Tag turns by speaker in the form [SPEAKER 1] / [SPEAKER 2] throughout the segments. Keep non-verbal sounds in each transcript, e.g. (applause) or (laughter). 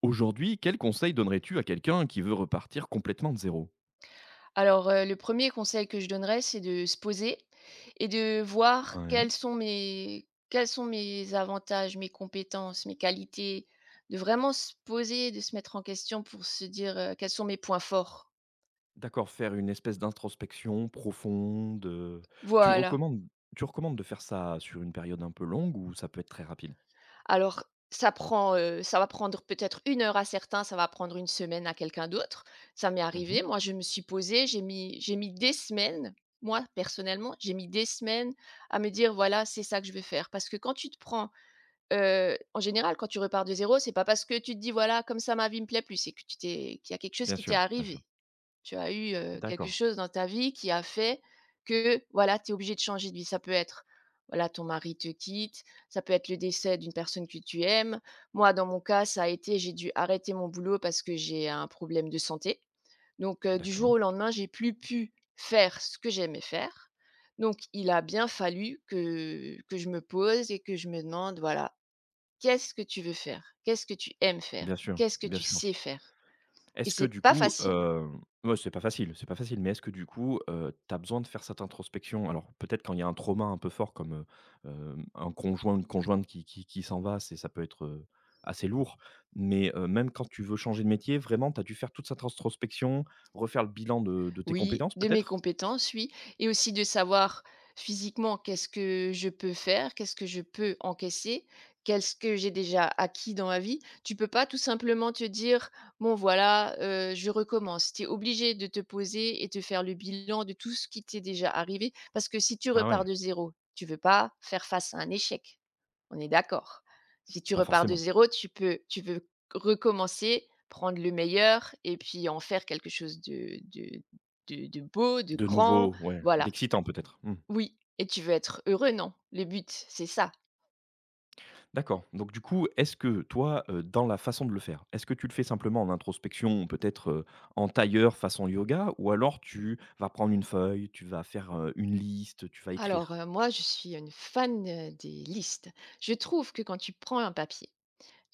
[SPEAKER 1] Aujourd'hui, quel conseil donnerais-tu à quelqu'un qui veut repartir complètement de zéro?
[SPEAKER 2] Le premier conseil que je donnerais, c'est de se poser et de voir
[SPEAKER 1] Ouais.
[SPEAKER 2] quels sont mes avantages, mes compétences, mes qualités. De vraiment se poser, de se mettre en question pour se dire, quels sont mes points forts.
[SPEAKER 1] D'accord, faire une espèce d'introspection profonde. Tu
[SPEAKER 2] Voilà.
[SPEAKER 1] recommandes, tu recommandes de faire ça sur une période un peu longue ou ça peut être très rapide?
[SPEAKER 2] Alors ça prend, ça va prendre peut-être une heure à certains, ça va prendre une semaine à quelqu'un d'autre. Ça m'est
[SPEAKER 1] Mmh.
[SPEAKER 2] arrivé, moi je me suis posée, j'ai mis des semaines, moi personnellement, j'ai mis des semaines à me dire: «Voilà, c'est ça que je veux faire». Parce que quand tu te prends En général, quand tu repars de zéro, c'est pas parce que tu te dis: «Voilà, comme ça ma vie me plaît plus», c'est que tu t'es qu'il y a quelque chose
[SPEAKER 1] Bien
[SPEAKER 2] qui t'est
[SPEAKER 1] sûr, bien sûr.
[SPEAKER 2] arrivé. Tu as eu, quelque
[SPEAKER 1] D'accord,
[SPEAKER 2] chose dans ta vie qui a fait que, voilà, tu es obligé de changer de vie. Ça peut être, voilà, ton mari te quitte, ça peut être le décès d'une personne que tu aimes. Moi, dans mon cas, ça a été j'ai dû arrêter mon boulot parce que j'ai un problème de santé. Donc, du jour
[SPEAKER 1] d'accord.
[SPEAKER 2] au lendemain, j'ai plus pu faire ce que j'aimais faire. Donc il a bien fallu que je me pose et que je me demande, voilà. Qu'est-ce que tu veux faire? Qu'est-ce que tu aimes faire?
[SPEAKER 1] Bien sûr,
[SPEAKER 2] Qu'est-ce que
[SPEAKER 1] bien
[SPEAKER 2] tu
[SPEAKER 1] sûr.
[SPEAKER 2] sais faire? Et
[SPEAKER 1] Est-ce que
[SPEAKER 2] c'est
[SPEAKER 1] du
[SPEAKER 2] pas
[SPEAKER 1] coup,
[SPEAKER 2] facile.
[SPEAKER 1] ouais, c'est pas facile, mais est-ce que du coup, tu as besoin de faire cette introspection? Alors peut-être quand il y a un trauma un peu fort comme, un conjoint, une conjointe qui s'en va, c'est ça peut être, assez lourd. Mais, même quand tu veux changer de métier, vraiment, tu as dû faire toute cette introspection, refaire le bilan de tes
[SPEAKER 2] Oui,
[SPEAKER 1] compétences
[SPEAKER 2] de mes
[SPEAKER 1] peut-être?
[SPEAKER 2] compétences, oui, et aussi de savoir physiquement qu'est-ce que je peux faire, qu'est-ce que je peux encaisser, qu'est-ce que j'ai déjà acquis dans ma vie. Tu peux pas tout simplement te dire: «Bon voilà, je recommence». Tu es obligé de te poser et de faire le bilan de tout ce qui t'est déjà arrivé parce que si tu
[SPEAKER 1] Ah
[SPEAKER 2] repars
[SPEAKER 1] ouais,
[SPEAKER 2] de zéro, tu veux pas faire face à un échec. On est d'accord? Si tu
[SPEAKER 1] pas
[SPEAKER 2] repars de
[SPEAKER 1] forcément.
[SPEAKER 2] zéro, tu veux recommencer, prendre le meilleur et puis en faire quelque chose de beau, de
[SPEAKER 1] De
[SPEAKER 2] grand,
[SPEAKER 1] nouveau, ouais,
[SPEAKER 2] voilà.
[SPEAKER 1] d'excitant peut-être? Mmh.
[SPEAKER 2] Oui et tu veux être heureux, non? Le but, c'est ça.
[SPEAKER 1] D'accord. Donc du coup, est-ce que toi, dans la façon de le faire, est-ce que tu le fais simplement en introspection, peut-être, en tailleur façon yoga, ou alors tu vas prendre une feuille, tu vas faire, une liste, tu vas écrire?
[SPEAKER 2] Moi, je suis une fan, des listes. Je trouve que quand tu prends un papier,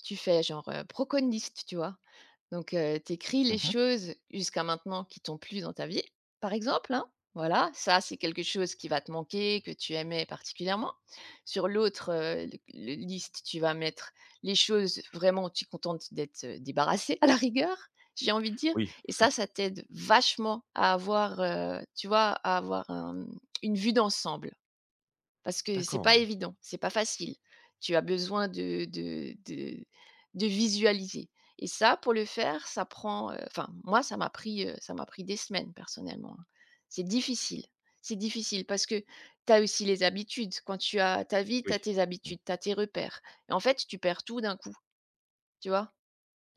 [SPEAKER 2] tu fais genre, broco liste, tu vois? Donc, tu écris les
[SPEAKER 1] Mmh.
[SPEAKER 2] choses jusqu'à maintenant qui t'ont plu dans ta vie, par exemple, hein. Voilà, ça, c'est quelque chose qui va te manquer, que tu aimais particulièrement. Sur l'autre, le liste, tu vas mettre les choses vraiment où tu es contente d'être, débarrassée à la rigueur, j'ai envie de dire,
[SPEAKER 1] Oui,
[SPEAKER 2] et ça,
[SPEAKER 1] oui.
[SPEAKER 2] ça t'aide vachement à avoir, tu vois, à avoir un une vue d'ensemble. Parce que c'est
[SPEAKER 1] D'accord,
[SPEAKER 2] pas
[SPEAKER 1] mmh,
[SPEAKER 2] évident, c'est pas facile. Tu as besoin de visualiser et ça, pour le faire, ça prend, enfin, moi, ça m'a pris des semaines personnellement, hein. C'est difficile, c'est difficile parce que tu as aussi les habitudes. Quand tu as ta vie, tu as
[SPEAKER 1] oui.
[SPEAKER 2] tes
[SPEAKER 1] Mmh.
[SPEAKER 2] habitudes, tu as tes repères et en fait, tu perds tout d'un coup, tu vois?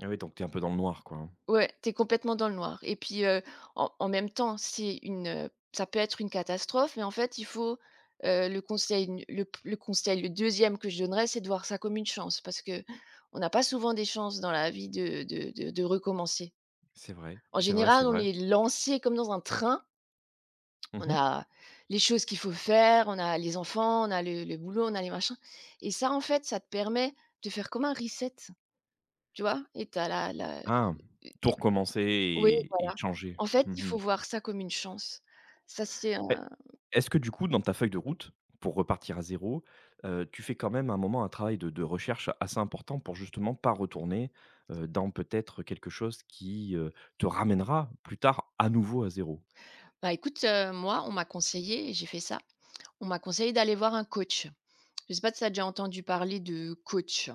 [SPEAKER 1] Ah oui, donc tu es un peu dans le noir, quoi, hein.
[SPEAKER 2] Ouais, t'es complètement dans le noir et puis, en même temps, ça peut être une catastrophe mais en fait, il faut, le conseil, le deuxième que je donnerais, c'est de voir ça comme une chance parce que on n'a pas souvent des chances dans la vie de recommencer.
[SPEAKER 1] C'est vrai,
[SPEAKER 2] En
[SPEAKER 1] c'est vrai,
[SPEAKER 2] général,
[SPEAKER 1] c'est
[SPEAKER 2] on
[SPEAKER 1] vrai.
[SPEAKER 2] est lancé comme dans un train, on
[SPEAKER 1] Mmh.
[SPEAKER 2] a les choses qu'il faut faire, on a les enfants, on a le boulot, on a les machins et ça, en fait, ça te permet de faire comme un reset, tu vois? Et t'as la la,
[SPEAKER 1] Ah! Tout recommencer
[SPEAKER 2] heu
[SPEAKER 1] et changer.
[SPEAKER 2] en fait, il
[SPEAKER 1] Mmh.
[SPEAKER 2] faut voir ça comme une chance. Ça c'est, heu
[SPEAKER 1] Et est-ce que du coup, dans ta feuille de route, pour repartir à zéro, tu fais quand même à un moment un travail de recherche assez important pour justement pas retourner, dans peut-être quelque chose qui, te ramènera plus tard à nouveau à zéro?
[SPEAKER 2] Bah, écoute, moi, on m'a conseillé et j'ai fait ça. On m'a conseillé d'aller voir un coach. Je sais pas si tu as déjà entendu parler de coach?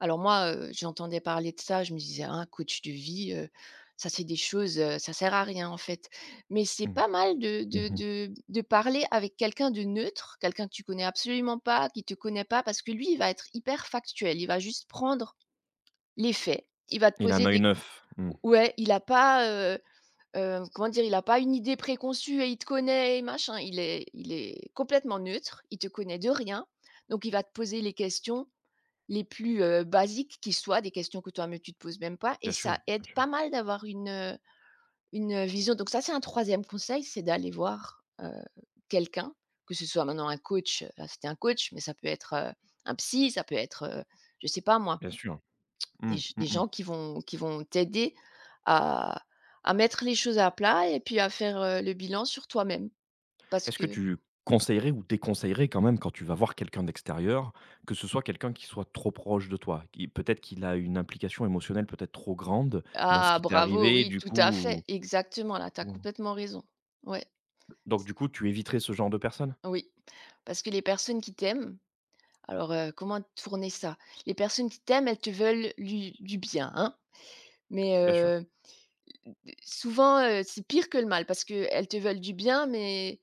[SPEAKER 2] Alors moi, j'entendais parler de ça, je me disais: un coach de vie, ça c'est des choses, ça sert à rien en fait». Mais c'est
[SPEAKER 1] Mmh.
[SPEAKER 2] pas mal de de
[SPEAKER 1] Mmh.
[SPEAKER 2] de de parler avec quelqu'un de neutre, quelqu'un que tu connais absolument pas, qui te connaît pas, parce que lui, il va être hyper factuel. Il va juste prendre les faits. Il va te
[SPEAKER 1] Il a un
[SPEAKER 2] poser
[SPEAKER 1] œil
[SPEAKER 2] des,
[SPEAKER 1] neuf. Mmh.
[SPEAKER 2] ouais, il a pas, comment dire? Il n'a pas une idée préconçue et il te connaît et machin. Il est complètement neutre, il te connaît de rien, donc il va te poser les questions les plus, basiques qui soient, des questions que toi-même tu te poses même pas et
[SPEAKER 1] Bien sûr,
[SPEAKER 2] ça aide
[SPEAKER 1] bien sûr,
[SPEAKER 2] pas mal d'avoir une vision. Donc ça, c'est un troisième conseil, c'est d'aller voir, quelqu'un, que ce soit maintenant un coach, là, c'était un coach, mais ça peut être, un psy, ça peut être, je sais pas moi,
[SPEAKER 1] bien sûr. Mmh, mmh
[SPEAKER 2] des
[SPEAKER 1] mh.
[SPEAKER 2] gens qui vont t'aider à à mettre les choses à plat et puis à faire, le bilan sur toi-même. Parce
[SPEAKER 1] Est-ce que
[SPEAKER 2] que
[SPEAKER 1] tu conseillerais ou déconseillerais quand même, quand tu vas voir quelqu'un d'extérieur, que ce soit quelqu'un qui soit trop proche de toi? Qui peut-être qu'il a une implication émotionnelle peut-être trop grande dans ce
[SPEAKER 2] ah
[SPEAKER 1] qui t'est
[SPEAKER 2] bravo,
[SPEAKER 1] arrivé,
[SPEAKER 2] oui,
[SPEAKER 1] du
[SPEAKER 2] tout à fait,
[SPEAKER 1] coup.
[SPEAKER 2] exactement, là, tu as
[SPEAKER 1] Ou
[SPEAKER 2] complètement raison. Ouais,
[SPEAKER 1] donc du coup, tu éviterais ce genre de personnes?
[SPEAKER 2] oui, parce que les personnes qui t'aiment, alors, comment tourner ça? Les personnes qui t'aiment, elles te veulent lu du bien, hein, mais,
[SPEAKER 1] Bien sûr.
[SPEAKER 2] souvent, c'est pire que le mal parce qu'elles te veulent du bien, mais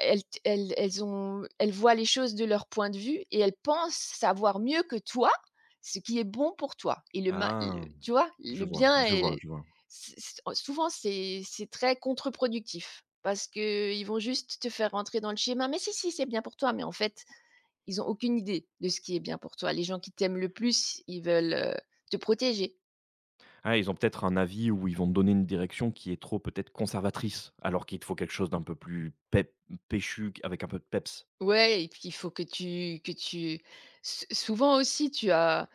[SPEAKER 2] elles voient les choses de leur point de vue et elles pensent savoir mieux que toi, ce qui est bon pour toi et le ma le
[SPEAKER 1] Ah!
[SPEAKER 2] tu vois? Le
[SPEAKER 1] Je vois,
[SPEAKER 2] bien
[SPEAKER 1] je
[SPEAKER 2] et le,
[SPEAKER 1] vois, je vois.
[SPEAKER 2] c c souvent c'est très contre-productif parce qu'ils vont juste te faire rentrer dans le schéma: «Mais si, si, c'est bien pour toi», mais en fait, ils ont aucune idée de ce qui est bien pour toi. Les gens qui t'aiment le plus, ils veulent, te protéger.
[SPEAKER 1] Ah, ils ont peut-être un avis où ils vont te donner une direction qui est trop peut-être conservatrice, alors qu'il te faut quelque chose d'un peu plus pep péchu, avec un peu de peps.
[SPEAKER 2] Ouais et puis il faut que tu s souvent aussi tu as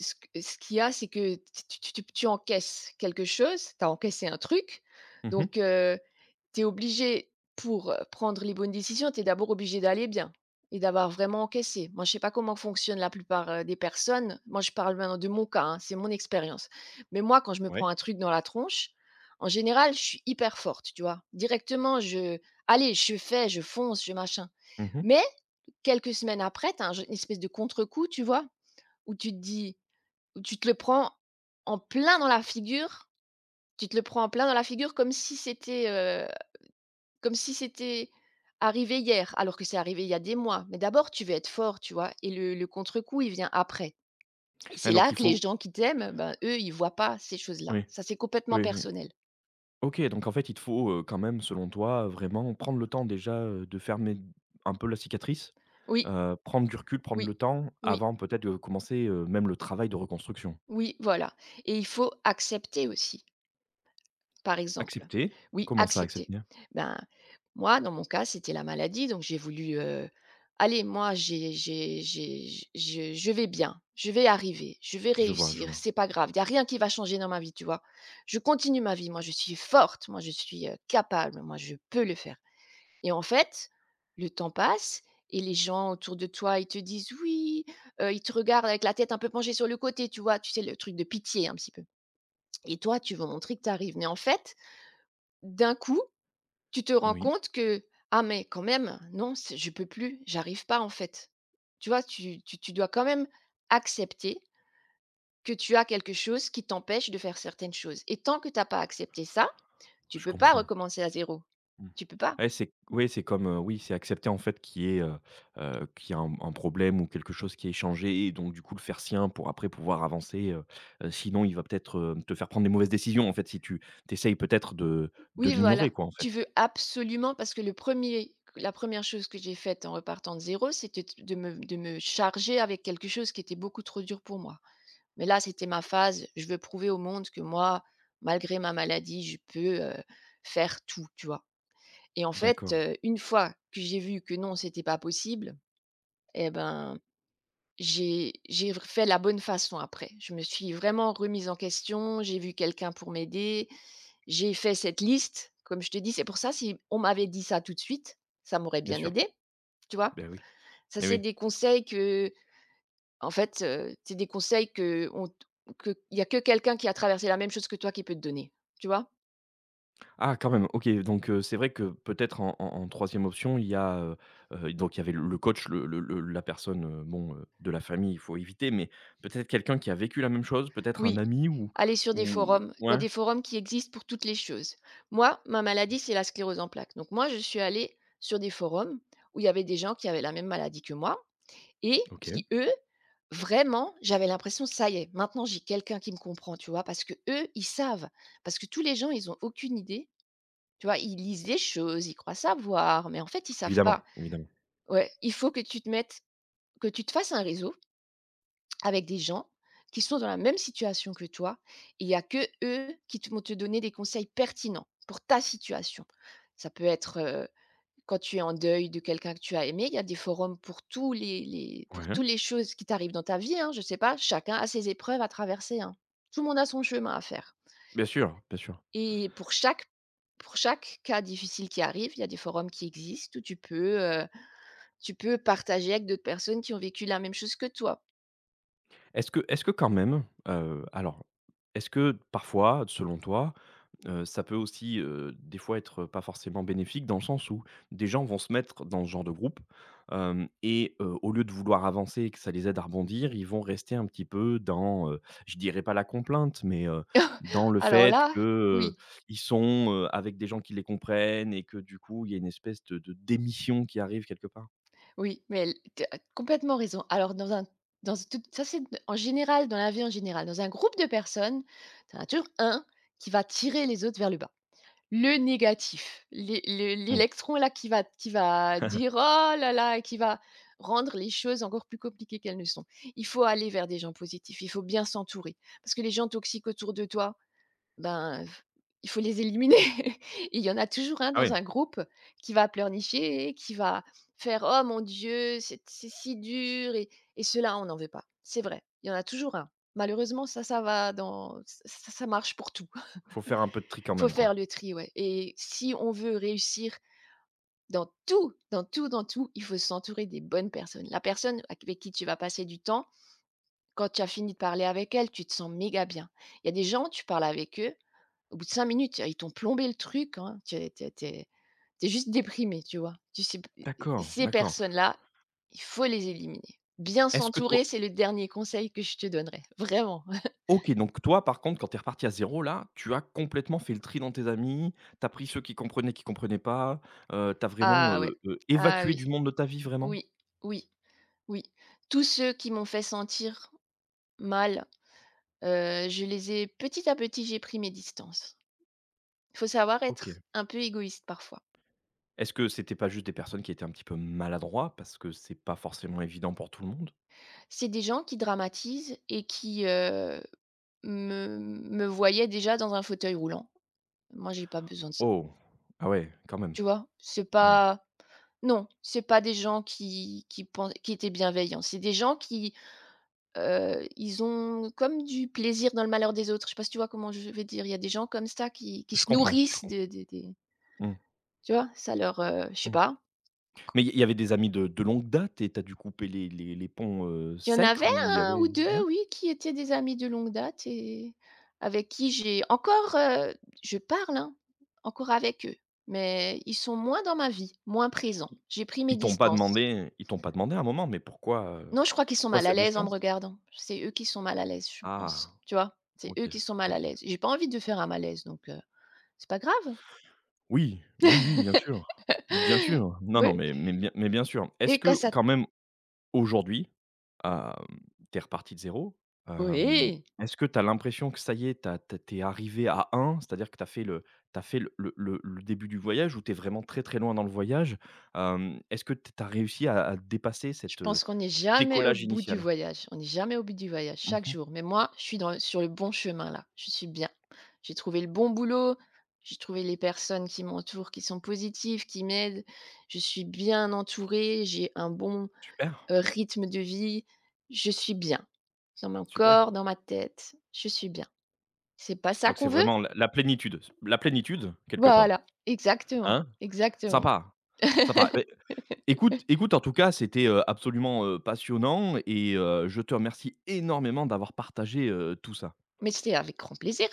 [SPEAKER 2] Ce qu'il y a, c'est que tu encaisses quelque chose, tu as encaissé un truc,
[SPEAKER 1] Mhm.
[SPEAKER 2] donc tu es obligé pour, prendre les bonnes décisions, tu es d'abord obligé d'aller bien et d'avoir vraiment encaissé. Moi, je sais pas comment fonctionne la plupart, des personnes. Moi, je parle maintenant de mon cas, hein, c'est mon expérience. Mais moi, quand je me prends
[SPEAKER 1] Ouais.
[SPEAKER 2] un truc dans la tronche, en général, je suis hyper forte, tu vois? Directement, je allez, je fais, je fonce, je machin.
[SPEAKER 1] Mhm.
[SPEAKER 2] Mais quelques semaines après, tu as une espèce de contre-coup, tu vois? Où tu te dis: ou tu te le prends en plein dans la figure, tu te le prends en plein dans la figure comme si c'était arrivé hier, alors que c'est arrivé il y a des mois. Mais d'abord, tu veux être fort, tu vois? Et le contre-coup, il vient après. Et c'est
[SPEAKER 1] Ah donc
[SPEAKER 2] là
[SPEAKER 1] il
[SPEAKER 2] que les
[SPEAKER 1] faut,
[SPEAKER 2] gens qui t'aiment, ben, eux, ils voient pas ces choses-là.
[SPEAKER 1] oui,
[SPEAKER 2] Ça, c'est complètement
[SPEAKER 1] oui, oui.
[SPEAKER 2] personnel.
[SPEAKER 1] OK, donc en fait, il te faut, quand même, selon toi, vraiment prendre le temps déjà, de fermer un peu la cicatrice,
[SPEAKER 2] Oui,
[SPEAKER 1] prendre du recul, prendre
[SPEAKER 2] oui,
[SPEAKER 1] le temps
[SPEAKER 2] oui,
[SPEAKER 1] avant peut-être de commencer, même le travail de reconstruction.
[SPEAKER 2] oui, voilà. Et il faut accepter aussi. Par exemple.
[SPEAKER 1] Accepter,
[SPEAKER 2] Oui,
[SPEAKER 1] comment ça
[SPEAKER 2] accepter.
[SPEAKER 1] accepter?
[SPEAKER 2] Ben, moi, dans mon cas, c'était la maladie, donc j'ai voulu, «Allez, moi, j'ai j je vais bien, je vais arriver, je vais
[SPEAKER 1] Je vois, je
[SPEAKER 2] réussir,
[SPEAKER 1] vois.
[SPEAKER 2] c'est pas grave, il y a rien qui va changer dans ma vie», tu vois? «Je continue ma vie, moi, je suis forte, moi, je suis, capable, moi, je peux le faire» et en fait, le temps passe et les gens autour de toi, ils te disent: «Oui», ils te regardent avec la tête un peu penchée sur le côté, tu vois? Tu sais, le truc de pitié un petit peu et toi, tu veux montrer que tu arrives mais en fait d'un coup, tu te rends
[SPEAKER 1] Oui,
[SPEAKER 2] compte que: «Ah mais quand même, non, c'est je peux plus, j'arrive pas en fait». Tu vois? Tu dois quand même accepter que tu as quelque chose qui t'empêche de faire certaines choses et tant que tu as pas accepté ça, tu
[SPEAKER 1] je
[SPEAKER 2] peux pas
[SPEAKER 1] comprends.
[SPEAKER 2] recommencer à zéro.
[SPEAKER 1] Mmh.
[SPEAKER 2] Tu peux pas.
[SPEAKER 1] Ouais, c'est oui, c'est comme, oui, c'est accepter en fait qu'il y ait, qu'il y a un problème ou quelque chose qui est échangé et donc du coup le faire sien pour après pouvoir avancer, sinon il va peut-être, te faire prendre des mauvaises décisions en fait si tu t'essayes peut-être de
[SPEAKER 2] Oui,
[SPEAKER 1] l'ignorer
[SPEAKER 2] voilà.
[SPEAKER 1] quoi en
[SPEAKER 2] Tu
[SPEAKER 1] fait.
[SPEAKER 2] veux absolument parce que le premier la première chose que j'ai faite en repartant de zéro c'était de me charger avec quelque chose qui était beaucoup trop dur pour moi. Mais là, c'était ma phase, je veux prouver au monde que moi, malgré ma maladie, je peux, faire tout, tu vois? Et en fait,
[SPEAKER 1] D'accord,
[SPEAKER 2] une fois que j'ai vu que non, c'était pas possible, et ben, j'ai fait la bonne façon après. Je me suis vraiment remise en question, j'ai vu quelqu'un pour m'aider, j'ai fait cette liste, comme je te dis, c'est pour ça, si on m'avait dit ça tout de suite, ça m'aurait
[SPEAKER 1] bien
[SPEAKER 2] bien
[SPEAKER 1] sûr,
[SPEAKER 2] aidé, tu vois?
[SPEAKER 1] Ben oui,
[SPEAKER 2] Ça,
[SPEAKER 1] eh
[SPEAKER 2] c'est
[SPEAKER 1] oui.
[SPEAKER 2] des conseils que c'est des conseils qu'on t que il y a que quelqu'un qui a traversé la même chose que toi qui peut te donner, tu vois?
[SPEAKER 1] Ah quand même, OK, donc c'est vrai que peut-être en en 3 option, il y a, donc il y avait le coach, le la personne, bon, de la famille, il faut éviter, mais peut-être quelqu'un qui a vécu la même chose, peut-être un
[SPEAKER 2] Oui,
[SPEAKER 1] ami
[SPEAKER 2] aller sur des
[SPEAKER 1] ou
[SPEAKER 2] forums, il y a
[SPEAKER 1] ouais,
[SPEAKER 2] des forums qui existent pour toutes les choses. Moi, ma maladie, c'est la sclérose en plaques, donc moi, je suis allée sur des forums où il y avait des gens qui avaient la même maladie que moi et
[SPEAKER 1] OK,
[SPEAKER 2] qui, eux, vraiment, j'avais l'impression: «Ça y est, maintenant j'ai quelqu'un qui me comprend», tu vois? Parce que eux, ils savent, parce que tous les gens, ils ont aucune idée, tu vois? Ils lisent des choses, ils croient savoir, mais en fait, ils savent
[SPEAKER 1] évidemment,
[SPEAKER 2] pas.
[SPEAKER 1] évidemment.
[SPEAKER 2] Ouais, il faut que tu te mettes que tu te fasses un réseau avec des gens qui sont dans la même situation que toi. Et il y a que eux qui te vont te donner des conseils pertinents pour ta situation. Ça peut être, quand tu es en deuil de quelqu'un que tu as aimé, il y a des forums pour tous les pour
[SPEAKER 1] Ouais,
[SPEAKER 2] tous les choses qui t'arrivent dans ta vie, hein, je ne sais pas, chacun a ses épreuves à traverser, hein. Tout le monde a son chemin à faire
[SPEAKER 1] bien sûr, bien sûr.
[SPEAKER 2] et pour chaque cas difficile qui arrive, il y a des forums qui existent où tu peux partager avec d'autres personnes qui ont vécu la même chose que toi.
[SPEAKER 1] Est-ce que quand même, heu, alors, est-ce que parfois, selon toi, ça peut aussi, des fois être pas forcément bénéfique dans le sens où des gens vont se mettre dans ce genre de groupe, hem et au lieu de vouloir avancer et que ça les aide à rebondir, ils vont rester un petit peu dans, je dirais pas la complainte, mais, dans
[SPEAKER 2] (laughs)
[SPEAKER 1] le
[SPEAKER 2] Alors
[SPEAKER 1] fait
[SPEAKER 2] là,
[SPEAKER 1] que,
[SPEAKER 2] oui,
[SPEAKER 1] ils sont, avec des gens qui les comprennent et que du coup, il y a une espèce de démission qui arrive quelque part?
[SPEAKER 2] oui, mais l tu as complètement raison. Alors dans un dans tout ça c'est en général, dans la vie en général. Dans un groupe de personnes, tu as toujours un qui va tirer les autres vers le bas. Le négatif,
[SPEAKER 1] Oui.
[SPEAKER 2] l'électron là qui va dire: «Oh
[SPEAKER 1] (laughs)
[SPEAKER 2] là là» et qui va rendre les choses encore plus compliquées qu'elles ne sont. Il faut aller vers des gens positifs, il faut bien s'entourer parce que les gens toxiques autour de toi ben, il faut les éliminer. (laughs) Il y en a toujours un
[SPEAKER 1] Ah
[SPEAKER 2] dans
[SPEAKER 1] oui,
[SPEAKER 2] un groupe qui va pleurnicher, qui va faire: «Oh mon Dieu, c'est si dur» et cela on n'en veut pas. C'est vrai, il y en a toujours un. Malheureusement, ça ça va dans ça ça marche pour tout. (laughs)
[SPEAKER 1] faut faire un peu de tri quand
[SPEAKER 2] Faut
[SPEAKER 1] même, quoi.
[SPEAKER 2] faire le tri, ouais, et si on veut réussir dans tout, dans tout, dans tout, il faut s'entourer des bonnes personnes. La personne avec qui tu vas passer du temps, quand tu as fini de parler avec elle, tu te sens méga bien. Il y a des gens, tu parles avec eux au bout de 5 minutes, ils t'ont plombé le truc, hein, tu es tu es tu juste déprimé, tu vois? Tu sais p
[SPEAKER 1] D'accord,
[SPEAKER 2] ces
[SPEAKER 1] d'accord.
[SPEAKER 2] personnes-là, il faut les éliminer. Bien
[SPEAKER 1] Est-ce que
[SPEAKER 2] s'entourer,
[SPEAKER 1] toi,
[SPEAKER 2] c'est le dernier conseil que je te donnerais, vraiment. (laughs)
[SPEAKER 1] OK, donc toi, par contre, quand t'es reparti à zéro là, tu as complètement fait le tri dans tes amis, t'as pris ceux qui comprenaient pas, tu vraiment,
[SPEAKER 2] Ah ouais, ah
[SPEAKER 1] évacué
[SPEAKER 2] oui,
[SPEAKER 1] du monde de ta vie, vraiment?
[SPEAKER 2] oui, oui, oui. Tous ceux qui m'ont fait sentir mal, je les ai petit à petit, j'ai pris mes distances. Il faut savoir être
[SPEAKER 1] OK.
[SPEAKER 2] un peu égoïste parfois.
[SPEAKER 1] Est-ce que c'était pas juste des personnes qui étaient un petit peu maladroits? Parce que c'est pas forcément évident pour tout le monde.
[SPEAKER 2] C'est des gens qui dramatisent et qui me me voyaient déjà dans un fauteuil roulant. Moi, j'ai pas besoin de ça.
[SPEAKER 1] Oh! Ah ouais, quand même.
[SPEAKER 2] Tu vois? C'est
[SPEAKER 1] Ah ouais.
[SPEAKER 2] pas non, c'est pas des gens qui étaient bienveillants. C'est des gens qui ils ont comme du plaisir dans le malheur des autres. Je sais pas si tu vois comment je vais dire? Il y a des gens comme ça qui
[SPEAKER 1] Je
[SPEAKER 2] se
[SPEAKER 1] comprends, je
[SPEAKER 2] nourrissent
[SPEAKER 1] comprends.
[SPEAKER 2] de des
[SPEAKER 1] Mmh,
[SPEAKER 2] tu vois? Je sais
[SPEAKER 1] mmh.
[SPEAKER 2] pas.
[SPEAKER 1] Mais il y avait des amis de longue date et t'as dû couper les ponts,
[SPEAKER 2] Il y en
[SPEAKER 1] secs
[SPEAKER 2] avait
[SPEAKER 1] où il y
[SPEAKER 2] un ou
[SPEAKER 1] avait ouais?
[SPEAKER 2] 2, oui, qui étaient des amis de longue date et avec qui j'ai encore, je parle, hein, encore avec eux, mais ils sont moins dans ma vie, moins présents.
[SPEAKER 1] Ils
[SPEAKER 2] J'ai pris mes
[SPEAKER 1] ils t'ont pas
[SPEAKER 2] distances.
[SPEAKER 1] demandé, ils t'ont pas demandé à un moment, mais pourquoi,
[SPEAKER 2] Non, je crois qu'ils sont
[SPEAKER 1] pourquoi
[SPEAKER 2] mal à
[SPEAKER 1] cette
[SPEAKER 2] l'aise en me
[SPEAKER 1] distance?
[SPEAKER 2] regardant. C'est eux qui sont mal à l'aise, je pense.
[SPEAKER 1] Ah!
[SPEAKER 2] Tu vois? C'est
[SPEAKER 1] OK,
[SPEAKER 2] eux qui sont mal à
[SPEAKER 1] OK.
[SPEAKER 2] l'aise. J'ai pas envie de faire un malaise, donc c'est pas grave.
[SPEAKER 1] Oui, oui, oui, bien
[SPEAKER 2] (laughs)
[SPEAKER 1] sûr. Bien sûr. Non,
[SPEAKER 2] Oui
[SPEAKER 1] non, mais mais bien sûr. Est-ce
[SPEAKER 2] et quand
[SPEAKER 1] que
[SPEAKER 2] ça
[SPEAKER 1] quand même aujourd'hui, hem, tu reparti de zéro, hem,
[SPEAKER 2] oui,
[SPEAKER 1] est-ce que t'as l'impression que ça y est, tu arrivé à un, c'est-à-dire que t'as fait le, t'as fait le début du voyage, ou t'es vraiment très, très loin dans le voyage? Est-ce que t tu réussi à dépasser
[SPEAKER 2] je
[SPEAKER 1] cette,
[SPEAKER 2] pense qu'on n'est jamais au
[SPEAKER 1] décollage
[SPEAKER 2] bout du
[SPEAKER 1] initial?
[SPEAKER 2] voyage. On n'est jamais au bout du voyage, chaque
[SPEAKER 1] Mmh.
[SPEAKER 2] jour. Mais moi, je suis dans sur le bon chemin là. Je suis bien. J'ai trouvé le bon boulot, j'ai trouvé les personnes qui m'entourent, qui sont positives, qui m'aident. Je suis bien entourée, j'ai un bon
[SPEAKER 1] Super,
[SPEAKER 2] rythme de vie, je suis bien. Dans mon
[SPEAKER 1] super.
[SPEAKER 2] corps, dans ma tête, je suis bien. C'est pas ça
[SPEAKER 1] Donc
[SPEAKER 2] qu'on
[SPEAKER 1] c'est
[SPEAKER 2] veut?
[SPEAKER 1] vraiment la la plénitude quelque part,
[SPEAKER 2] Voilà, exactement,
[SPEAKER 1] hein?
[SPEAKER 2] exactement.
[SPEAKER 1] Sympa, sympa. Beh,
[SPEAKER 2] (laughs)
[SPEAKER 1] écoute, en tout cas, c'était, absolument, passionnant, et je te remercie énormément d'avoir partagé, tout ça.
[SPEAKER 2] Mais c'était avec grand plaisir.